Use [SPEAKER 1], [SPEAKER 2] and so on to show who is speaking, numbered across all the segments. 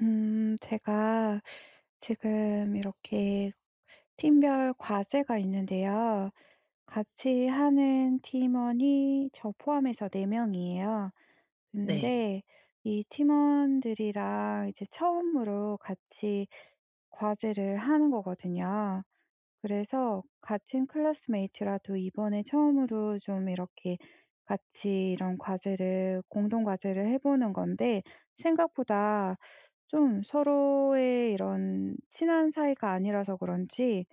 [SPEAKER 1] 제가 지금 이렇게 팀별 과제가 있는데요. 같이 하는 팀원이 저 포함해서 4명이에요.
[SPEAKER 2] 네.
[SPEAKER 1] 근데 이 팀원들이랑 이제 처음으로 같이 과제를 하는 거거든요. 그래서 같은 클래스메이트라도 이번에 처음으로 좀 이렇게 같이 이런 과제를 공동 과제를 해 보는 건데 생각보다 좀 서로의 이런 친한 사이가 아니라서 그런지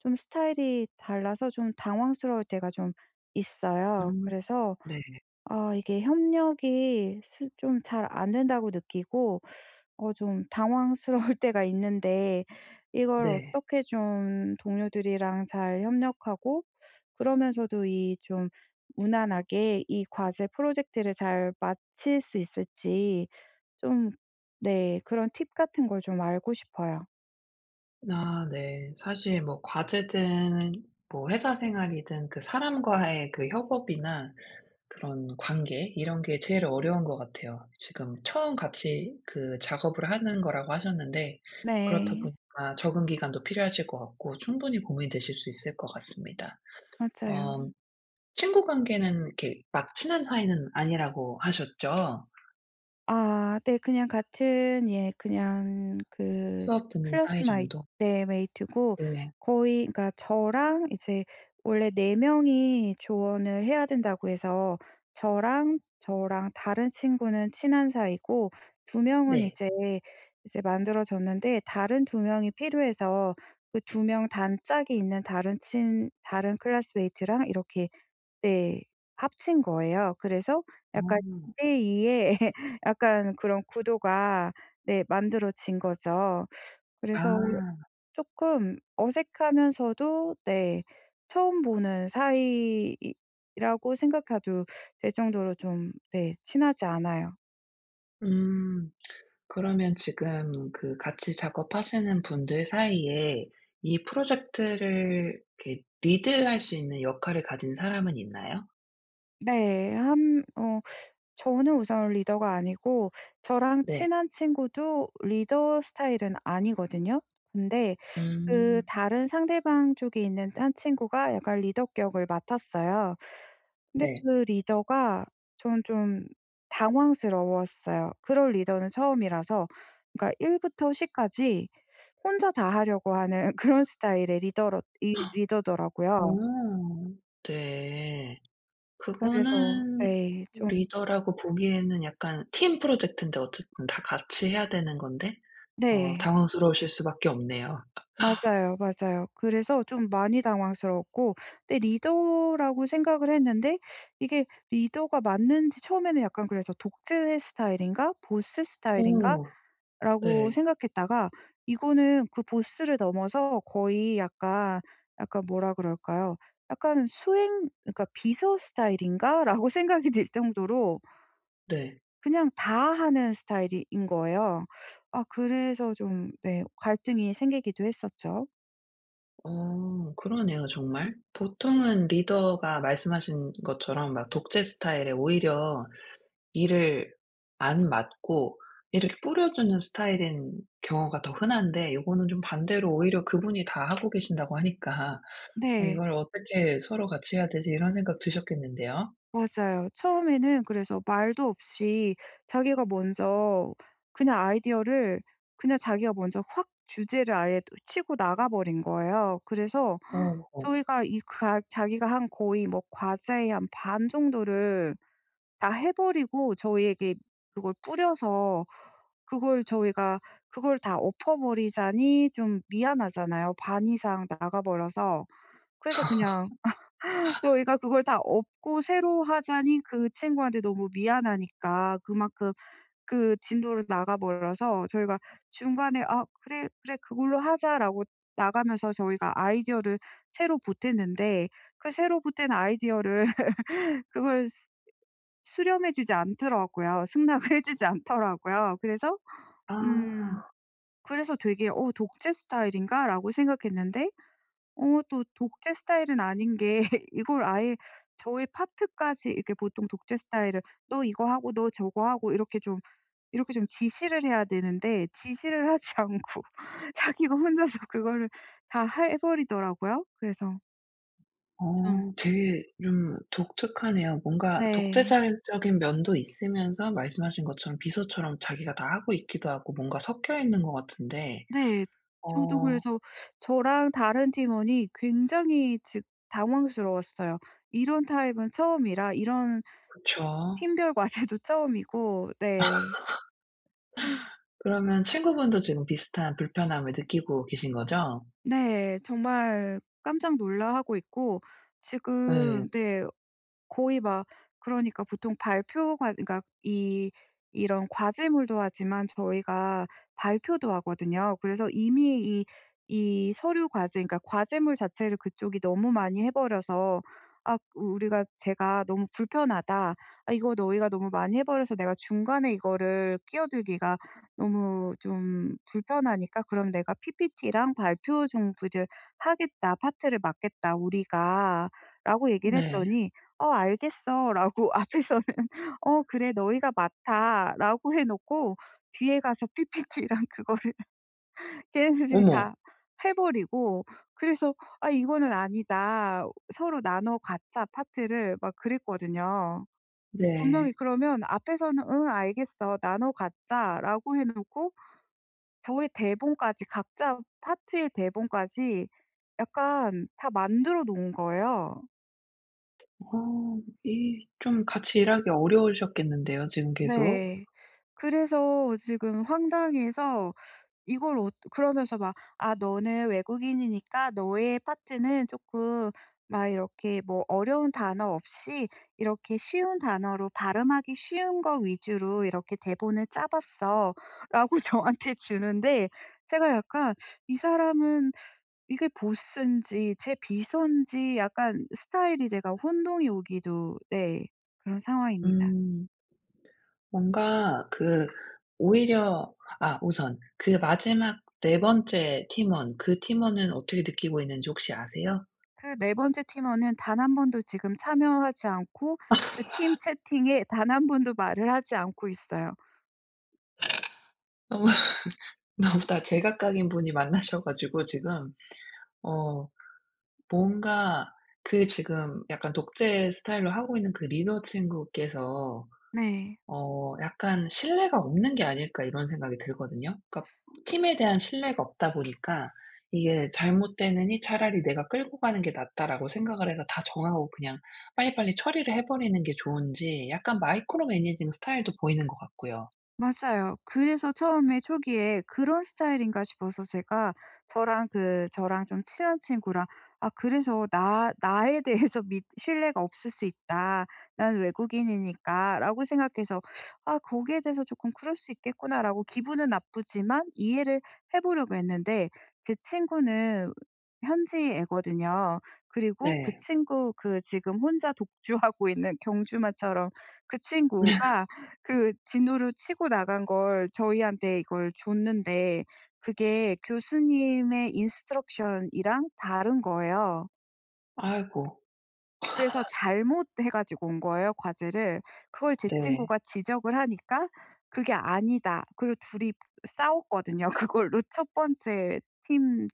[SPEAKER 1] 좀 스타일이 달라서 좀 당황스러울 때가 좀 있어요.
[SPEAKER 2] 음
[SPEAKER 1] 그래서
[SPEAKER 2] 네.
[SPEAKER 1] 아 이게 협력이 좀 잘 안 된다고 느끼고 좀 당황스러울 때가 있는데 이걸
[SPEAKER 2] 네.
[SPEAKER 1] 어떻게 좀 동료들이랑 잘 협력하고 그러면서도 이 좀 무난하게 이 과제 프로젝트를 잘 마칠 수 있을지 좀 네 그런 팁 같은 걸 좀 알고 싶어요.
[SPEAKER 2] 아 네. 사실 뭐 과제든 뭐 회사 생활이든 그 사람과의 그 협업이나 그런 관계 이런 게 제일 어려운 것 같아요. 지금 처음 같이 그 작업을 하는 거라고 하셨는데 그렇다
[SPEAKER 1] 네.
[SPEAKER 2] 보니까 적응 기간도 필요하실 것 같고 충분히 고민되실 수 있을 것 같습니다.
[SPEAKER 1] 맞아요.
[SPEAKER 2] 어 친구 관계는 이렇게 막 친한 사이는 아니라고 하셨죠?
[SPEAKER 1] 아 네. 그냥 같은 예 그냥 그
[SPEAKER 2] 수업 듣는 사이
[SPEAKER 1] 클래스마이
[SPEAKER 2] 정도?
[SPEAKER 1] 네 메이트고
[SPEAKER 2] 네.
[SPEAKER 1] 거의 그러니까 저랑 이제 원래 4 명이 조언을 해야 된다고 해서 저랑 다른 친구는 친한 사이고 2 명은
[SPEAKER 2] 네.
[SPEAKER 1] 이제 만들어졌는데 다른 2 명이 필요해서 그 2명 단짝이 있는 다른 친 다른 클래스메이트랑 이렇게 네. 합친 거예요. 그래서 약간 2
[SPEAKER 2] 어.
[SPEAKER 1] 대2의 약간 그런 구도가 네 만들어진 거죠. 그래서
[SPEAKER 2] 아.
[SPEAKER 1] 조금 어색하면서도 네 처음 보는 사이이라고 생각해도 될 정도로 좀 네 친하지 않아요.
[SPEAKER 2] 음. 그러면 지금 그 같이 작업하시는 분들 사이에 이 프로젝트를 이렇게 리드할 수 있는 역할을 가진 사람은 있나요?
[SPEAKER 1] 네. 한 어 저는 우선 리더가 아니고 저랑
[SPEAKER 2] 네.
[SPEAKER 1] 친한 친구도 리더 스타일은 아니거든요. 근데 그
[SPEAKER 2] 음.
[SPEAKER 1] 다른 상대방 쪽에 있는 한 친구가 약간 리더격을 맡았어요. 근데
[SPEAKER 2] 네.
[SPEAKER 1] 그 리더가 전 좀 당황스러웠어요. 그럴 리더는 처음이라서 그러니까 1 부터 10 까지 혼자 다 하려고 하는 그런 스타일의 리더로 이 리더더라고요.
[SPEAKER 2] 오 네.
[SPEAKER 1] 그래서
[SPEAKER 2] 그거는
[SPEAKER 1] 네 좀
[SPEAKER 2] 리더라고 보기에는 약간 팀 프로젝트인데 어쨌든 다 같이 해야 되는 건데
[SPEAKER 1] 네.
[SPEAKER 2] 당황스러우실 수밖에 없네요.
[SPEAKER 1] 맞아요, 맞아요. 그래서 좀 많이 당황스러웠고 근데 리더라고 생각을 했는데 이게 리더가 맞는지 처음에는 약간 그래서 '독재 스타일인가? 보스 스타일인가?'라고
[SPEAKER 2] 오 네.
[SPEAKER 1] 생각했다가 이거는 그 보스를 넘어서 거의 약간 뭐라 그럴까요? 약간 '수행 그러니까 비서 스타일인가?'라고 생각이 들 정도로
[SPEAKER 2] 네.
[SPEAKER 1] 그냥 다 하는 스타일인 거예요. 아 그래서 좀 네 갈등이 생기기도 했었죠.
[SPEAKER 2] 그러네요, 정말. 보통은 리더가 말씀하신 것처럼 막 독재 스타일에 오히려 일을 안 맡고 이렇게 뿌려주는 스타일인 경우가 더 흔한데 요거는 좀 반대로 오히려 그분이 다 하고 계신다고 하니까 '아
[SPEAKER 1] 네.
[SPEAKER 2] 이걸 어떻게 서로 같이 해야 되지?' 이런 생각 드셨겠는데요.
[SPEAKER 1] 맞아요. 처음에는 그래서 말도 없이 자기가 먼저 그냥 아이디어를 그냥 자기가 먼저 확 주제를 아예 또 치고 나가 버린 거예요. 그래서
[SPEAKER 2] 어. 어.
[SPEAKER 1] 저희가 이 가 자기가 한 거의 뭐 과제의 한 반 정도를 다 해 버리고 저희에게 그걸 뿌려서 그걸 저희가 그걸 다 엎어 버리자니 좀 미안하잖아요, 반 이상 나가 버려서. 그래서 그냥 저희가 그걸 다 업고 새로 하자니 그 친구한테 너무 미안하니까 그만큼 그 진도를 나가 버려서 저희가 중간에 "아 그래, 그래. 그걸로 하자."라고 나가면서 저희가 아이디어를 새로 보탰는데 그 새로 보탠 아이디어를 그걸 수 수렴해 주지 않더라고요. 승낙을 해 주지 않더라고요. 음
[SPEAKER 2] 아.
[SPEAKER 1] 그래서 되게 '어 독재 스타일인가?'라고 생각했는데 또 독재 스타일은 아닌 게 이걸 아예 저의 파트까지 이렇게 보통 독재 스타일을 "너 이거 하고 너 저거 하고." 이렇게 좀 지시를 해야 되는데 지시를 하지 않고 자기가 혼자서 그거를 다 해 버리더라고요. 그래서 좀
[SPEAKER 2] 되게 좀 독특하네요. 뭔가
[SPEAKER 1] 네.
[SPEAKER 2] 독재자적인 면도 있으면서 말씀하신 것처럼 비서처럼 자기가 다 하고 있기도 하고 뭔가 섞여 있는 것 같은데
[SPEAKER 1] 네. 저도
[SPEAKER 2] 어
[SPEAKER 1] 그래서 저랑 다른 팀원이 굉장히 즉 당황스러웠어요. 이런 타입은 처음이라 이런
[SPEAKER 2] 그쵸.
[SPEAKER 1] 팀별 과제도 처음이고 네.
[SPEAKER 2] 그러면 친구분도 지금 비슷한 불편함을 느끼고 계신 거죠?
[SPEAKER 1] 네. 정말 깜짝 놀라하고 있고 지금
[SPEAKER 2] 예.
[SPEAKER 1] 네. 거의 막 그러니까 보통 발표가 그러니까 이 이런 과제물도 하지만 저희가 발표도 하거든요. 그래서 이미 이 서류 과제 그러니까 과제물 자체를 그쪽이 너무 많이 해 버려서 아 우리가 제가 너무 불편하다. 아 이거 너희가 너무 많이 해 버려서 내가 중간에 이거를 끼어들기가 너무 좀 불편하니까 그럼 내가 PPT랑 발표 정도를 하겠다. 파트를 맡겠다 우리가.'라고 얘기를
[SPEAKER 2] 네.
[SPEAKER 1] 했더니 "어 알겠어."라고 앞에서는 "어 그래 너희가 맡아."라고 해 놓고 뒤에 가서 PPT랑 그거를 걔네들이
[SPEAKER 2] 어머.
[SPEAKER 1] 다 해 버리고 그래서 '아 이거는 아니다.' 서로 나눠 갖자 파트를 막 그랬거든요. 분명히
[SPEAKER 2] 네.
[SPEAKER 1] 그러면 앞에서는 "응 알겠어. 나눠 갖자."라고 해 놓고 저의 대본까지 각자 파트의 대본까지 약간 다 만들어 놓은 거예요.
[SPEAKER 2] 이 좀 같이 일하기 어려우셨겠는데요, 지금 계속.
[SPEAKER 1] 네. 그래서 지금 황당해서 이걸 그러면서 막 "아 너는 외국인이니까 너의 파트는 쪼끔 막 이렇게 뭐 어려운 단어 없이 이렇게 쉬운 단어로 발음하기 쉬운 거 위주로 이렇게 대본을 짜 봤어."라고 저한테 주는데 제가 약간 이 사람은 이게 보스인지 제 비서인지 약간 스타일이 제가 혼동이 오기도 네 그런 상황입니다.
[SPEAKER 2] 음. 뭔가 그 오히려 우선 그 마지막 네 번째 팀원, 그 팀원은 어떻게 느끼고 있는지 혹시 아세요?
[SPEAKER 1] 그 네 번째 팀원은 단 한 번도 지금 참여하지 않고 그 팀 채팅에 단 한 번도 말을 하지 않고 있어요.
[SPEAKER 2] 너무 너무 다 제각각인 분이 만나셔 가지고 지금 어 뭔가 그 지금 약간 독재 스타일로 하고 있는 그 리더 친구께서
[SPEAKER 1] 네.
[SPEAKER 2] 약간 '신뢰가 없는 게 아닐까.' 이런 생각이 들거든요. 그러니까 팀에 대한 신뢰가 없다 보니까 이게 '잘못되느니 차라리 내가 끌고 가는 게 낫다.'라고 생각을 해서 다 정하고 그냥 빨리빨리 처리를 해 버리는 게 좋은지 약간 마이크로 매니징 스타일도 보이는 것 같고요.
[SPEAKER 1] 맞아요. 그래서 처음에 초기에 '그런 스타일인가?' 싶어서 제가 저랑 좀 친한 친구랑 "아 그래서 나 나에 대해서 믿 신뢰가 없을 수 있다. 난 외국인이니까."라고 생각해서 '아 거기에 대해서 조금 그럴 수 있겠구나.'라고 기분은 나쁘지만 이해를 해 보려고 했는데 제 친구는 현지 애거든요. 그리고 그
[SPEAKER 2] 네.
[SPEAKER 1] 친구 그 지금 혼자 독주하고 있는 경주마처럼 그 친구가 그 진도를 치고 나간 걸 저희한테 이걸 줬는데 그게 교수님의 인스트럭션이랑 다른 거예요.
[SPEAKER 2] 아이고.
[SPEAKER 1] 그래서 잘못해 가지고 온 거예요, 과제를. 그걸 제
[SPEAKER 2] 네.
[SPEAKER 1] 친구가 지적을 하니까 "그게 아니다." 그리고 둘이 싸웠거든요. 그걸로 첫 번째 팀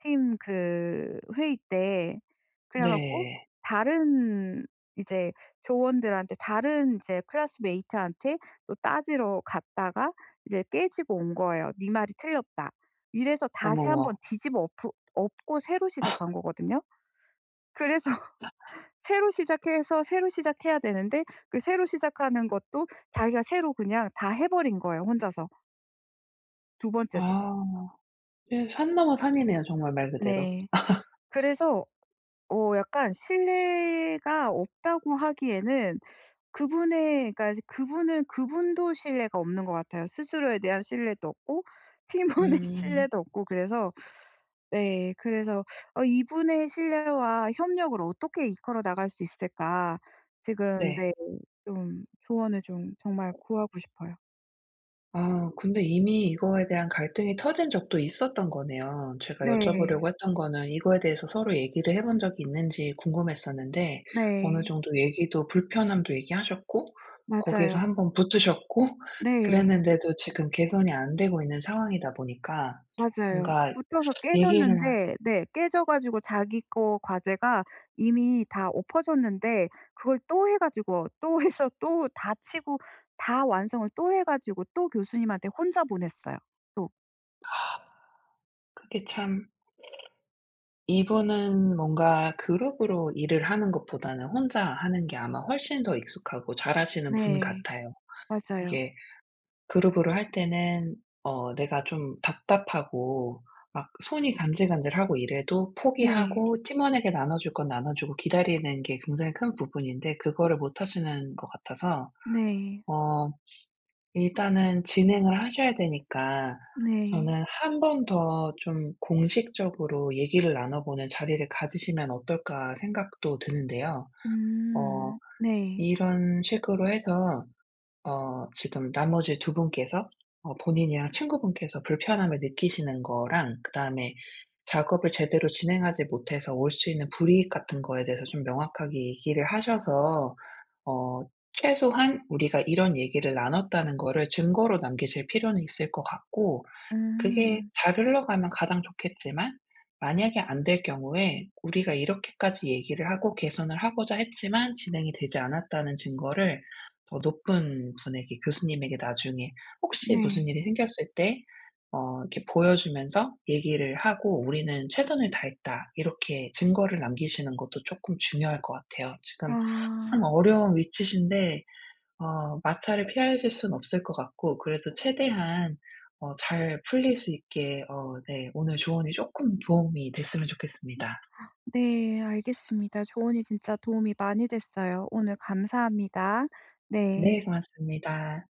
[SPEAKER 1] 팀 그 회의 때. 그래 갖고
[SPEAKER 2] 네.
[SPEAKER 1] 다른 이제 조원들한테 다른 이제 클래스메이트한테 또 따지러 갔다가 이제 깨지고 온 거예요. "네 말이 틀렸다." 이래서 다시
[SPEAKER 2] 어머머.
[SPEAKER 1] 한번 뒤집어 엎으 엎고 새로 시작한 거거든요. 그래서 새로 시작해서 새로 시작해야 되는데 그 새로 시작하는 것도 자기가 새로 그냥 다 해 버린 거예요 혼자서 두 번째도.
[SPEAKER 2] 아. 예, 산 넘어 산이네요, 정말 말 그대로.
[SPEAKER 1] 네. 그래서 약간 신뢰가 없다고 하기에는 그분의 그러니까 그분은 그분도 신뢰가 없는 것 같아요. 스스로에 대한 신뢰도 없고 팀원의
[SPEAKER 2] 음.
[SPEAKER 1] 신뢰도 없고 그래서 네 그래서 이분의 신뢰와 협력을 어떻게 이끌어 나갈 수 있을까 지금 네
[SPEAKER 2] 네.
[SPEAKER 1] 좀 조언을 좀 정말 구하고 싶어요.
[SPEAKER 2] 아 근데 이미 이거에 대한 갈등이 터진 적도 있었던 거네요. 제가
[SPEAKER 1] 네.
[SPEAKER 2] 여쭤보려고 했던 거는 이거에 대해서 서로 얘기를 해본 적이 있는지 궁금했었는데 어느
[SPEAKER 1] 네.
[SPEAKER 2] 정도 얘기도 불편함도 얘기하셨고 거기에서
[SPEAKER 1] 맞아요.
[SPEAKER 2] 한번 붙으셨고
[SPEAKER 1] 네.
[SPEAKER 2] 그랬는데도 지금 개선이 안 되고 있는 상황이다 보니까
[SPEAKER 1] 맞아요.
[SPEAKER 2] 뭔가
[SPEAKER 1] 붙어서
[SPEAKER 2] 얘기를
[SPEAKER 1] 깨졌는데 네 깨져 가지고 자기 거 과제가 이미 다 엎어졌는데 그걸 또 해 가지고 또 해서 또 다 치고 다 완성을 또 해 가지고 또 교수님한테 혼자 보냈어요 또.
[SPEAKER 2] 그게 참 이분은 뭔가 그룹으로 일을 하는 것보다는 혼자 하는 게 아마 훨씬 더 익숙하고 잘하시는 분
[SPEAKER 1] 네.
[SPEAKER 2] 같아요.
[SPEAKER 1] 맞아요.
[SPEAKER 2] 이게 그룹으로 할 때는 내가 좀 답답하고 막 손이 간질간질하고 이래도
[SPEAKER 1] 네.
[SPEAKER 2] 포기하고 팀원에게 나눠줄 건 나눠주고 기다리는 게 굉장히 큰 부분인데 그거를 못 하시는 것 같아서
[SPEAKER 1] 네.
[SPEAKER 2] 어 일단은 진행을 하셔야 되니까
[SPEAKER 1] 네.
[SPEAKER 2] 저는 한 번 더 좀 공식적으로 얘기를 나눠보는 자리를 가지시면 어떨까.' 생각도 드는데요. 어
[SPEAKER 1] 음. 네.
[SPEAKER 2] 이런 식으로 해서 지금 나머지 두 분께서 본인이랑 친구분께서 불편함을 느끼시는 거랑 그다음에 작업을 제대로 진행하지 못해서 올 수 있는 불이익 같은 거에 대해서 좀 명확하게 얘기를 하셔서 어 최소한 우리가 이런 얘기를 나눴다는 거를 증거로 남기실 필요는 있을 것 같고, 그게
[SPEAKER 1] 음.
[SPEAKER 2] 잘 흘러가면 가장 좋겠지만 만약에 안 될 경우에 "우리가 이렇게까지 얘기를 하고 개선을 하고자 했지만 진행이 되지 않았다."는 증거를 더 높은 분에게, 교수님에게 나중에 혹시 무슨
[SPEAKER 1] 네.
[SPEAKER 2] 일이 생겼을 때 이렇게 보여주면서 얘기를 하고 "우리는 최선을 다했다." 이렇게 증거를 남기시는 것도 조금 중요할 것 같아요. 지금 참
[SPEAKER 1] 아.
[SPEAKER 2] 어려운 위치신데 마찰을 피하실 수는 없을 것 같고 그래도 최대한 잘 풀릴 수 있게, 네, 오늘 조언이 조금 도움이 됐으면 좋겠습니다.
[SPEAKER 1] 네. 알겠습니다. 조언이 진짜 도움이 많이 됐어요. 오늘 감사합니다. 네.
[SPEAKER 2] 네, 고맙습니다.